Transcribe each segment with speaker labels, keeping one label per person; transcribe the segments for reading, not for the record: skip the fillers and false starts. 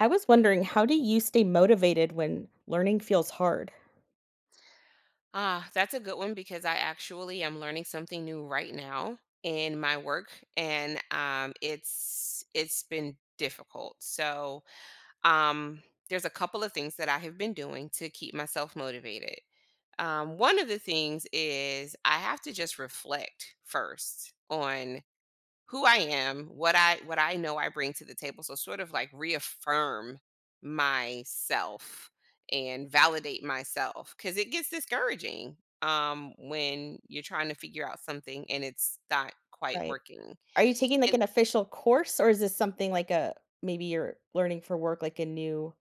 Speaker 1: I was wondering, how do you stay motivated when learning feels hard?
Speaker 2: Ah, that's a good one because I actually am learning something new right now in my work and it's been difficult. So, um there's a couple of things that I have been doing to keep myself motivated. One of the things is I have to just reflect first on who I am, what I know I bring to the table. So sort of like reaffirm myself and validate myself because it gets discouraging when you're trying to figure out something and it's not quite
Speaker 1: Right.
Speaker 2: working.
Speaker 1: Are you taking like
Speaker 2: And
Speaker 1: an official course or is this something like a maybe you're learning for work like a new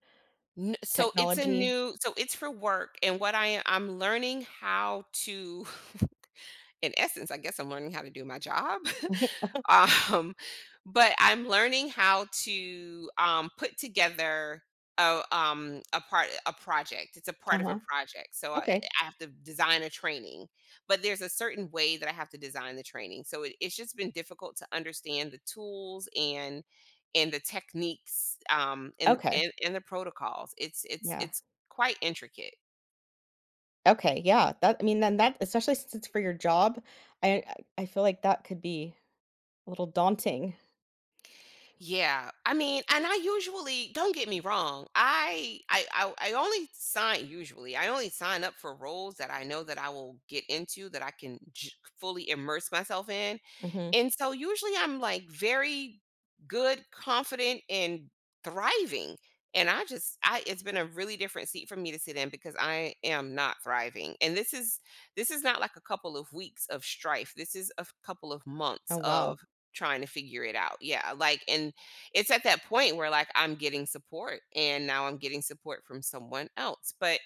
Speaker 2: n- so it's a
Speaker 1: technology?
Speaker 2: new so it's for work and what I I'm learning how to in essence, I guess I'm learning how to do my job. um, but I'm learning how to put together a project. It's a part of a
Speaker 1: Uh-huh.
Speaker 2: project. So
Speaker 1: Okay.
Speaker 2: I have to design a training, but there's a certain way that I have to design the training. So it's just been difficult to understand the tools and the techniques and the
Speaker 1: Okay.
Speaker 2: and the protocols. It's it's
Speaker 1: Yeah.
Speaker 2: it's quite intricate.
Speaker 1: Okay. Yeah. That then that especially since it's for your job, I I feel like that could be a little daunting.
Speaker 2: Yeah. I mean, and I usually don't. Get me wrong, I only sign usually. I only sign up for roles that I know that I will get into that fully immerse myself in.
Speaker 1: Mhm.
Speaker 2: And so usually I'm like very good, confident and thriving. And I just I it's been a really different seat for me to sit in because I am not thriving. And this is not like a couple of weeks of strife. This is a couple of
Speaker 1: Oh
Speaker 2: months
Speaker 1: wow.
Speaker 2: of trying to figure it out. Yeah, like and it's at that point where like I'm getting support and now I'm getting support from someone else. But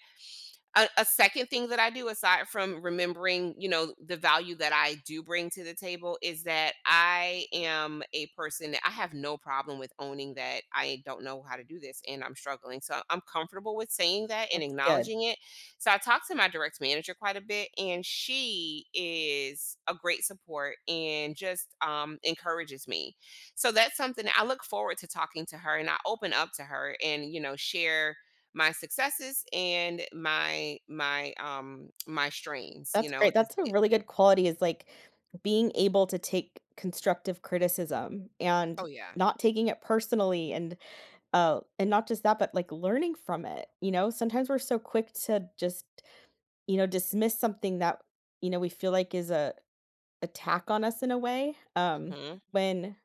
Speaker 2: a second thing that I do aside from remembering, you know, the value that I do bring to the table is that I am a person that I have no problem with owning that I don't know how to do this and I'm struggling. So I'm comfortable with saying that and
Speaker 1: That's good.
Speaker 2: acknowledging it. So I talk to my direct manager quite a bit and she is a great support and just encourages me. So that's something that I look forward to talking to her and I open up to her and, you know, share my successes and my strains, you
Speaker 1: That's
Speaker 2: know,
Speaker 1: great.
Speaker 2: at this.
Speaker 1: That's a really good quality is like being able to take constructive criticism and
Speaker 2: Oh yeah.
Speaker 1: not taking it personally and not just that but like learning from it. Sometimes we're so quick to just, dismiss something that, we feel like is a attack on us in a way.
Speaker 2: Mhm.
Speaker 1: When,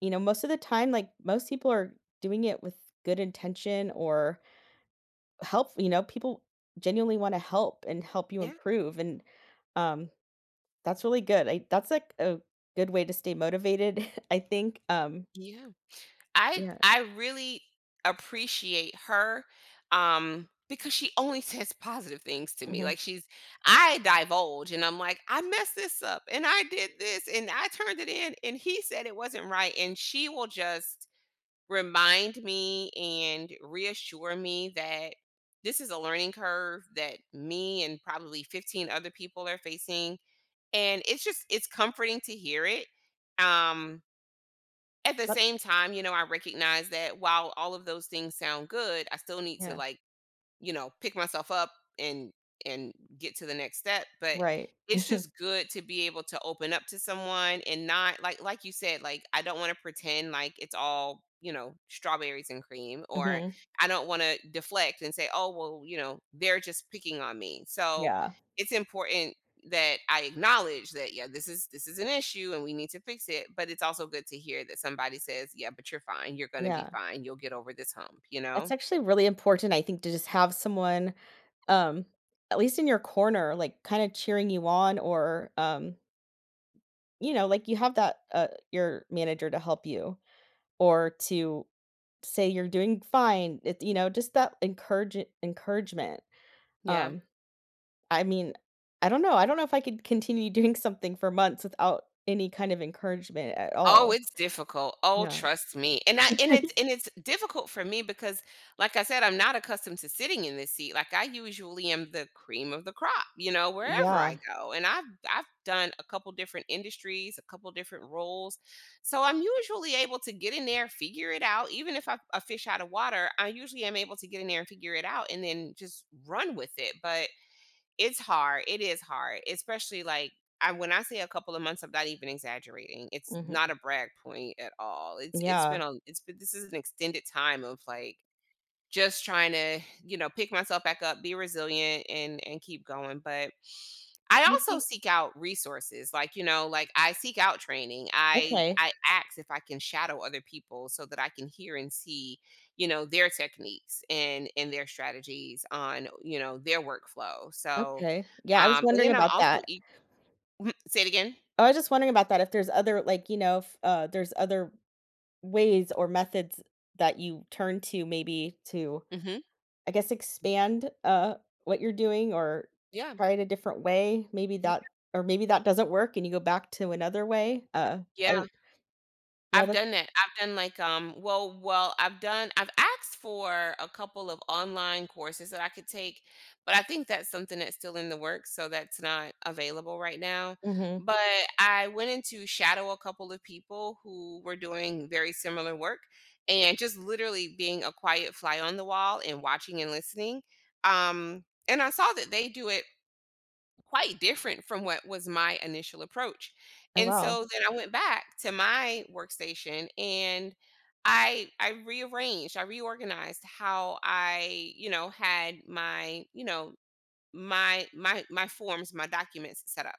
Speaker 1: most of the time like most people are doing it with good intention or help, people genuinely want to help and help you
Speaker 2: Yeah.
Speaker 1: improve and um That's really good. I that's, like, a good way to stay motivated, I think,
Speaker 2: Yeah. I
Speaker 1: yeah,
Speaker 2: I really appreciate her because she only says positive things to me.
Speaker 1: mhm,
Speaker 2: Like she's I divulge and I'm like, I messed this up and I did this and I turned it in and he said it wasn't right and she will just remind me and reassure me that this is a learning curve that me and probably 15 other people are facing and it's comforting to hear it um at the same time, you know, I recognize that while all of those things sound good, I still need to
Speaker 1: yeah,
Speaker 2: like, you know, pick myself up and and get to the next step, but
Speaker 1: right,
Speaker 2: it's just good to be able to open up to someone and not like, like you said, like I don't want to pretend like it's all, you know, strawberries and cream or
Speaker 1: mhm,
Speaker 2: I don't want to deflect and say, "Oh, well, you know, they're just picking on me." So,
Speaker 1: yeah,
Speaker 2: it's important that I acknowledge that, yeah, this is an issue and we need to fix it, but it's also good to hear that somebody says, "Yeah, but you're fine. You're going to be
Speaker 1: yeah.
Speaker 2: fine. You'll get over this hump," you
Speaker 1: That's
Speaker 2: know?
Speaker 1: actually really important, I think, to just have someone, um, at least in your corner, like, kinda cheering you on or, you know, like, you have that, your manager to help you or to say you're doing fine, it you know, just that encouragement,
Speaker 2: Yeah.
Speaker 1: um I mean, I don't know. I don't know if I could continue doing something for months without any kind of encouragement at
Speaker 2: Oh,
Speaker 1: all.
Speaker 2: it's difficult. Oh,
Speaker 1: Yeah.
Speaker 2: trust me. And it's difficult for me because like I said, I'm not accustomed to sitting in this seat. Like I usually am the cream of the crop, you know, wherever
Speaker 1: Yeah.
Speaker 2: I go. And I've done a couple different industries, a couple different roles. So I'm usually able to get in there, figure it out. Even if I a fish out of water, I usually am able to get in there and figure it out and then just run with it. But it's hard. It is hard, especially like I when I say a couple of months, I'm not even exaggerating. It's
Speaker 1: Mhm.
Speaker 2: not a brag point at all. It's been
Speaker 1: Yeah.
Speaker 2: a it's been this is an extended time of like just trying to, you know, pick myself back up, be resilient and keep going. But I
Speaker 1: You
Speaker 2: also
Speaker 1: think
Speaker 2: seek out resources, like, you know, like I seek out training. I
Speaker 1: okay,
Speaker 2: I ask if I can shadow other people so that I can hear and see, you know, their techniques and their strategies on, you know, their workflow. So,
Speaker 1: okay. Yeah, I was
Speaker 2: and
Speaker 1: wondering
Speaker 2: then I'm
Speaker 1: about
Speaker 2: also
Speaker 1: that.
Speaker 2: say it again.
Speaker 1: I was just wondering about that if there's other like, you know, if, there's other ways or methods that you turn to maybe to,
Speaker 2: hmm.
Speaker 1: I guess, expand, what you're doing or
Speaker 2: Yeah.
Speaker 1: try it a different way. Maybe that or maybe that doesn't work and you go back to another way. I
Speaker 2: Yeah.
Speaker 1: yeah,
Speaker 2: I've
Speaker 1: that
Speaker 2: done that. I've done like, well, I've asked for a couple of online courses that I could take, but I think that's something that's still in the works, so that's not available right now.
Speaker 1: Mhm.
Speaker 2: But I went in to shadow a couple of people who were doing very similar work and just literally being a quiet fly on the wall and watching and listening. And I saw that they do it quite different from what was my initial approach.
Speaker 1: Oh,
Speaker 2: And
Speaker 1: wow.
Speaker 2: so then I went back to my workstation and I rearranged, I reorganized how I, you know, had my, you know, my forms, my documents set up.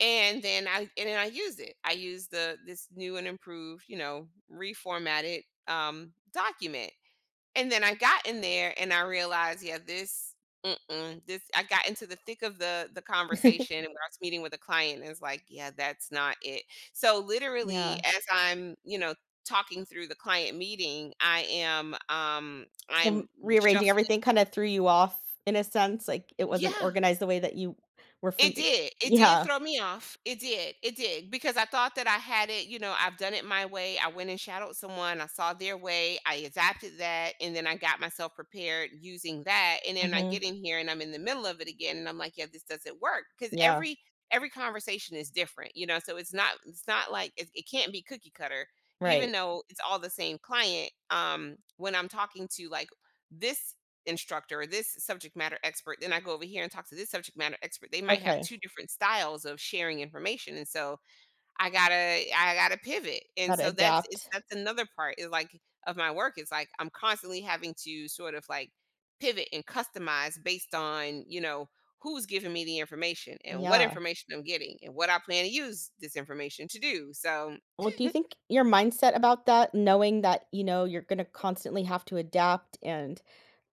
Speaker 2: And then I used it. I used the this new and improved, you know, reformatted document and then I got in there and I realized, yeah, this, mm-mm, this. I got into the thick of the conversation, and I was meeting with a client, and it's like, yeah, that's not it. So literally,
Speaker 1: Yeah.
Speaker 2: as I'm, you know, talking through the client meeting, I am,
Speaker 1: So,
Speaker 2: I'm
Speaker 1: rearranging
Speaker 2: shuffling.
Speaker 1: everything kinda threw you off in a sense, like, it wasn't
Speaker 2: Yeah,
Speaker 1: organized the way that you were
Speaker 2: it
Speaker 1: familiar.
Speaker 2: did. It did
Speaker 1: Yeah.
Speaker 2: throw me off. It did. It did because I thought that I had it. You know, I've done it my way. I went and shadowed someone. I saw their way. I adapted that, and then I got myself prepared using that. And then I
Speaker 1: Mhm.
Speaker 2: get in here and I'm in the middle of it again, and I'm like, yeah, this doesn't work because
Speaker 1: Yeah.
Speaker 2: every conversation is different. You know, so it's not like it can't be cookie cutter. Even
Speaker 1: Right.
Speaker 2: though it's all the same client, when I'm talking to like this instructor or this subject matter expert. Then I go over here and talk to this subject matter expert. They might have
Speaker 1: Okay.
Speaker 2: two different styles of sharing information. And so I gotta I gotta pivot. And
Speaker 1: Gotta
Speaker 2: so
Speaker 1: adapt.
Speaker 2: that's another part is like of my work. It's like I'm constantly having to sort of like pivot and customize based on, you know, who's giving me the information and what
Speaker 1: Yeah.
Speaker 2: information I'm getting and what I plan to use this information to do. So
Speaker 1: Well, do you think your mindset about that, knowing that, you know, you're gonna constantly have to adapt and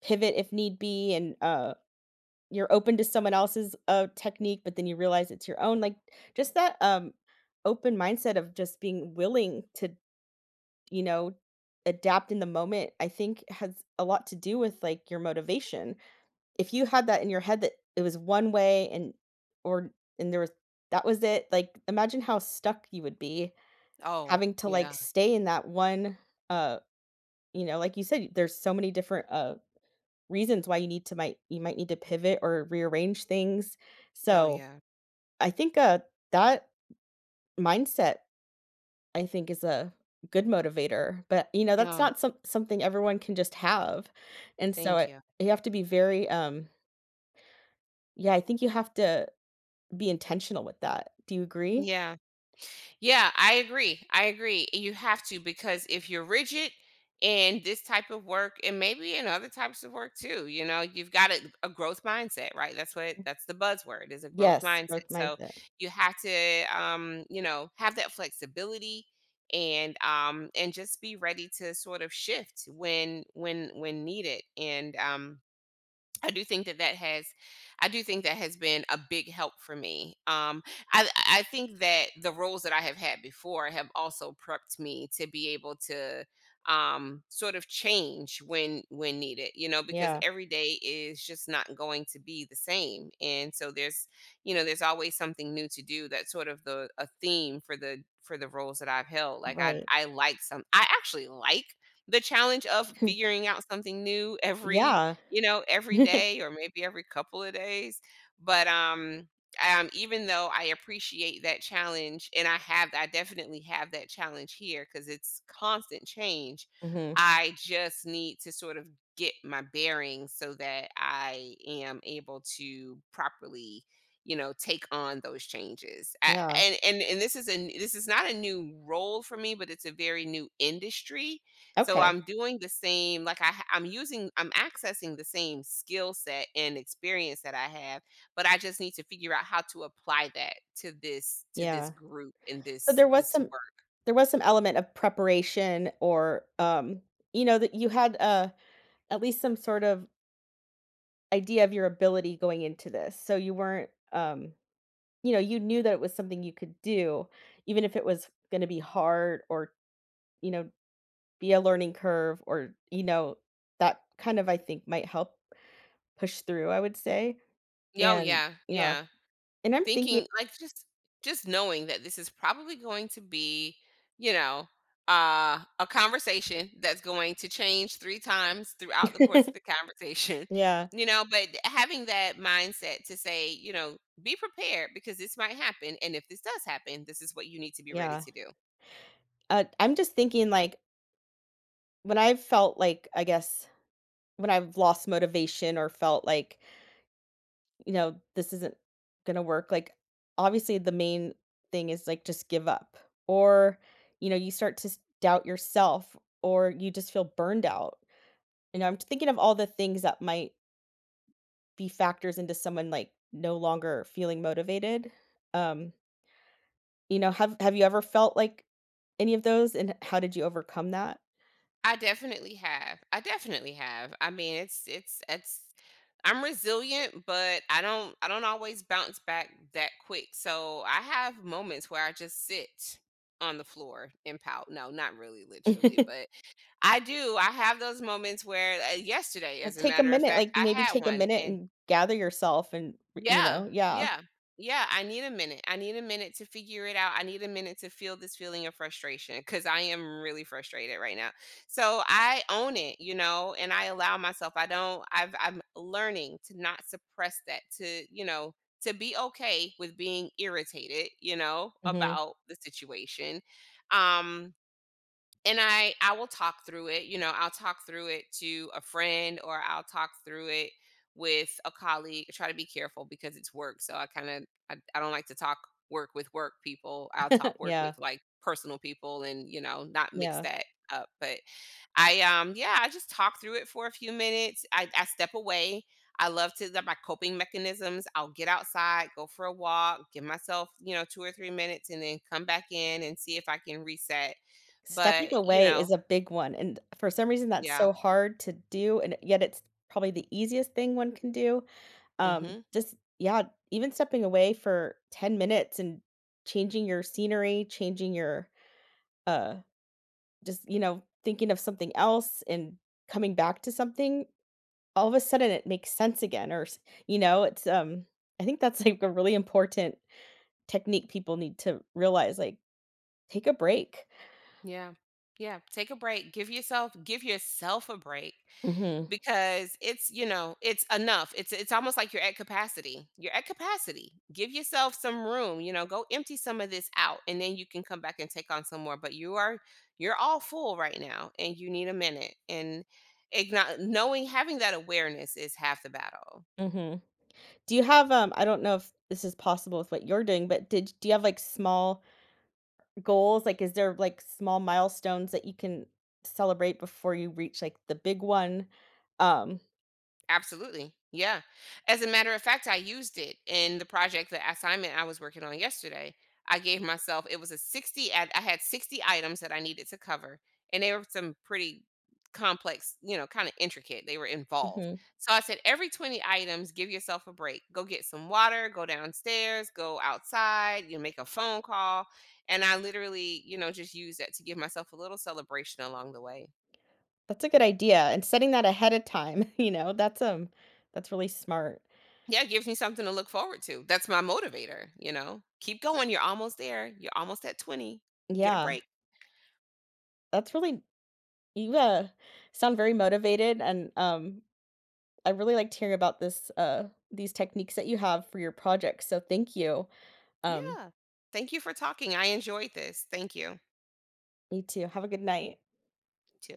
Speaker 1: pivot if need be and, you're open to someone else's, technique, but then you realize it's your own, like, just that, open mindset of just being willing to you know, adapt in the moment, I think has a lot to do with like your motivation. If you had that in your head that it was one way and or and there was that was it, like imagine how stuck you would be
Speaker 2: oh
Speaker 1: having to like
Speaker 2: yeah.
Speaker 1: stay in that one uh you know, like you said, there's so many different reasons why you need to might you might need to pivot or rearrange things.
Speaker 2: Oh
Speaker 1: So
Speaker 2: yeah.
Speaker 1: I think that mindset I think is a good motivator, but, you know, that's
Speaker 2: No,
Speaker 1: not something everyone can just have, and so
Speaker 2: thank
Speaker 1: it
Speaker 2: you.
Speaker 1: you have to be very, yeah, I think you have to be intentional with that. Do you agree?
Speaker 2: Yeah. Yeah, I agree. I agree. You have to because if you're rigid in this type of work and maybe in other types of work too, you know, you've got a growth mindset, right? That's what that's the buzzword is a growth
Speaker 1: Yes,
Speaker 2: mindset.
Speaker 1: growth
Speaker 2: So
Speaker 1: mindset.
Speaker 2: you have to you know, have that flexibility and just be ready to sort of shift when when needed. And I do think that that has, I do think that has been a big help for me. I think that the roles that I have had before have also prepped me to be able to sort of change when needed, you know, because
Speaker 1: Yeah,
Speaker 2: every day is just not going to be the same, and so there's, you know, there's always something new to do. That's sort of the a theme for the roles that I've held. Like I
Speaker 1: right.
Speaker 2: I like some, I actually like the challenge of figuring out something new every
Speaker 1: Yeah.
Speaker 2: you know, every day or maybe every couple of days. But even though I appreciate that challenge, and I definitely have that challenge here because it's constant change.
Speaker 1: Mhm.
Speaker 2: I just need to sort of get my bearings so that I am able to properly, you know, take on those changes. I,
Speaker 1: Yeah.
Speaker 2: and this is a this is not a new role for me, but it's a very new industry, so
Speaker 1: Okay.
Speaker 2: I'm doing the same, like I'm using, I'm accessing the same skill set and experience that I have, but I just need to figure out how to apply that to this
Speaker 1: Yeah.
Speaker 2: group and
Speaker 1: So
Speaker 2: this, this work.
Speaker 1: there was some element of preparation or, you know, that you had, at least some sort of idea of your ability going into this, so you weren't, you know, you knew that it was something you could do, even if it was gonna be hard or, you know, be a learning curve or, you know, that kind of I think might help push through, I would say.
Speaker 2: Yeah, oh
Speaker 1: And
Speaker 2: yeah,
Speaker 1: yeah,
Speaker 2: yeah.
Speaker 1: and I'm thinking
Speaker 2: Thinking like, just knowing that this is probably going to be, you know, a conversation that's going to change 3 times throughout the course of the conversation,
Speaker 1: Yeah,
Speaker 2: you know, but having that mindset to say, you know, "Be prepared because this might happen, and if this does happen, this is what you need to be ready
Speaker 1: yeah.
Speaker 2: to do."
Speaker 1: I'm just thinking like when I've felt like I guess when I've lost motivation or felt like you know, this isn't gonna work. Like, obviously, the main thing is like just give up, or you know, you start to doubt yourself, or you just feel burned out. You know, I'm thinking of all the things that might be factors into someone like no longer feeling motivated. Um, you know, have you ever felt like any of those, and how did you overcome that?
Speaker 2: I definitely have. I definitely have. I mean, it's I'm resilient, but I don't always bounce back that quick. So I have moments where I just sit on the floor and pout. No, not really literally, but I do. I have those moments where yesterday
Speaker 1: Well,
Speaker 2: as a
Speaker 1: take a
Speaker 2: matter of
Speaker 1: minute,
Speaker 2: fact,
Speaker 1: like
Speaker 2: I
Speaker 1: maybe
Speaker 2: had
Speaker 1: take a
Speaker 2: one
Speaker 1: minute
Speaker 2: and
Speaker 1: and gather yourself, and you
Speaker 2: yeah,
Speaker 1: know, yeah.
Speaker 2: yeah, yeah. I need a minute. I need a minute to figure it out. I need a minute to feel this feeling of frustration because I am really frustrated right now. So I own it, you know, and I allow myself. I don't. I've. I'm learning to not suppress that. To, you know, to be okay with being irritated, you know,
Speaker 1: Hmm.
Speaker 2: about the situation. Um, and I will talk through it, you know, I'll talk through it to a friend or I'll talk through it with a colleague. I try to be careful because it's work so I kind of I don't like to talk work with work people. I'll talk work with
Speaker 1: Yeah,
Speaker 2: like personal people and you know not mix
Speaker 1: yeah.
Speaker 2: that up. But I yeah I just talk through it for a few minutes. I step away. I love to that my coping mechanisms. I'll get outside, go for a walk, give myself, you know, 2 or 3 minutes and then come back in and see if I can reset.
Speaker 1: Stepping
Speaker 2: But, you
Speaker 1: away is
Speaker 2: know,
Speaker 1: a big one, and for some reason, that's
Speaker 2: yeah.
Speaker 1: so hard to do, and yet it's probably the easiest thing one can do.
Speaker 2: Mhm.
Speaker 1: Just yeah, even stepping away for 10 minutes and changing your scenery, changing your uh just, you know, thinking of something else and coming back to something, all of a sudden it makes sense again or you know, it's I think that's like a really important technique people need to realize like take a break.
Speaker 2: Yeah. Yeah, take a break. Give yourself a break
Speaker 1: Mhm.
Speaker 2: because it's, you know, it's enough. It's almost like you're at capacity. You're at capacity. Give yourself some room, you know, go empty some of this out and then you can come back and take on some more, but you are you're all full right now and you need a minute and knowing, having that awareness is half the battle.
Speaker 1: Mhm. Do you have, I don't know if this is possible with what you're doing, but did do you have, like, small goals? Like, is there, like, small milestones that you can celebrate before you reach, like, the big one? Um
Speaker 2: Absolutely. Yeah. As a matter of fact, I used it in the project, the assignment I was working on yesterday. I gave myself, it was a I had 60 items that I needed to cover, and they were some pretty complex, you know, kind of intricate. They were involved.
Speaker 1: mhm.
Speaker 2: So I said, every 20 items, give yourself a break. Go get some water, go downstairs, go outside, you know, make a phone call. And I literally, you know, just used that to give myself a little celebration along the way.
Speaker 1: That's a good idea, and setting that ahead of time, you know, that's really smart.
Speaker 2: Yeah, it gives me something to look forward to. That's my motivator, you know. Keep going. You're almost there. You're almost at 20. You Get a
Speaker 1: Yeah,
Speaker 2: break.
Speaker 1: that's really you, sound very motivated, and, I really liked hearing about this, these techniques that you have for your projects, so thank you. Um,
Speaker 2: Yeah. Thank you for talking. I enjoyed this. Thank you.
Speaker 1: me too. Have a good night.
Speaker 2: Too.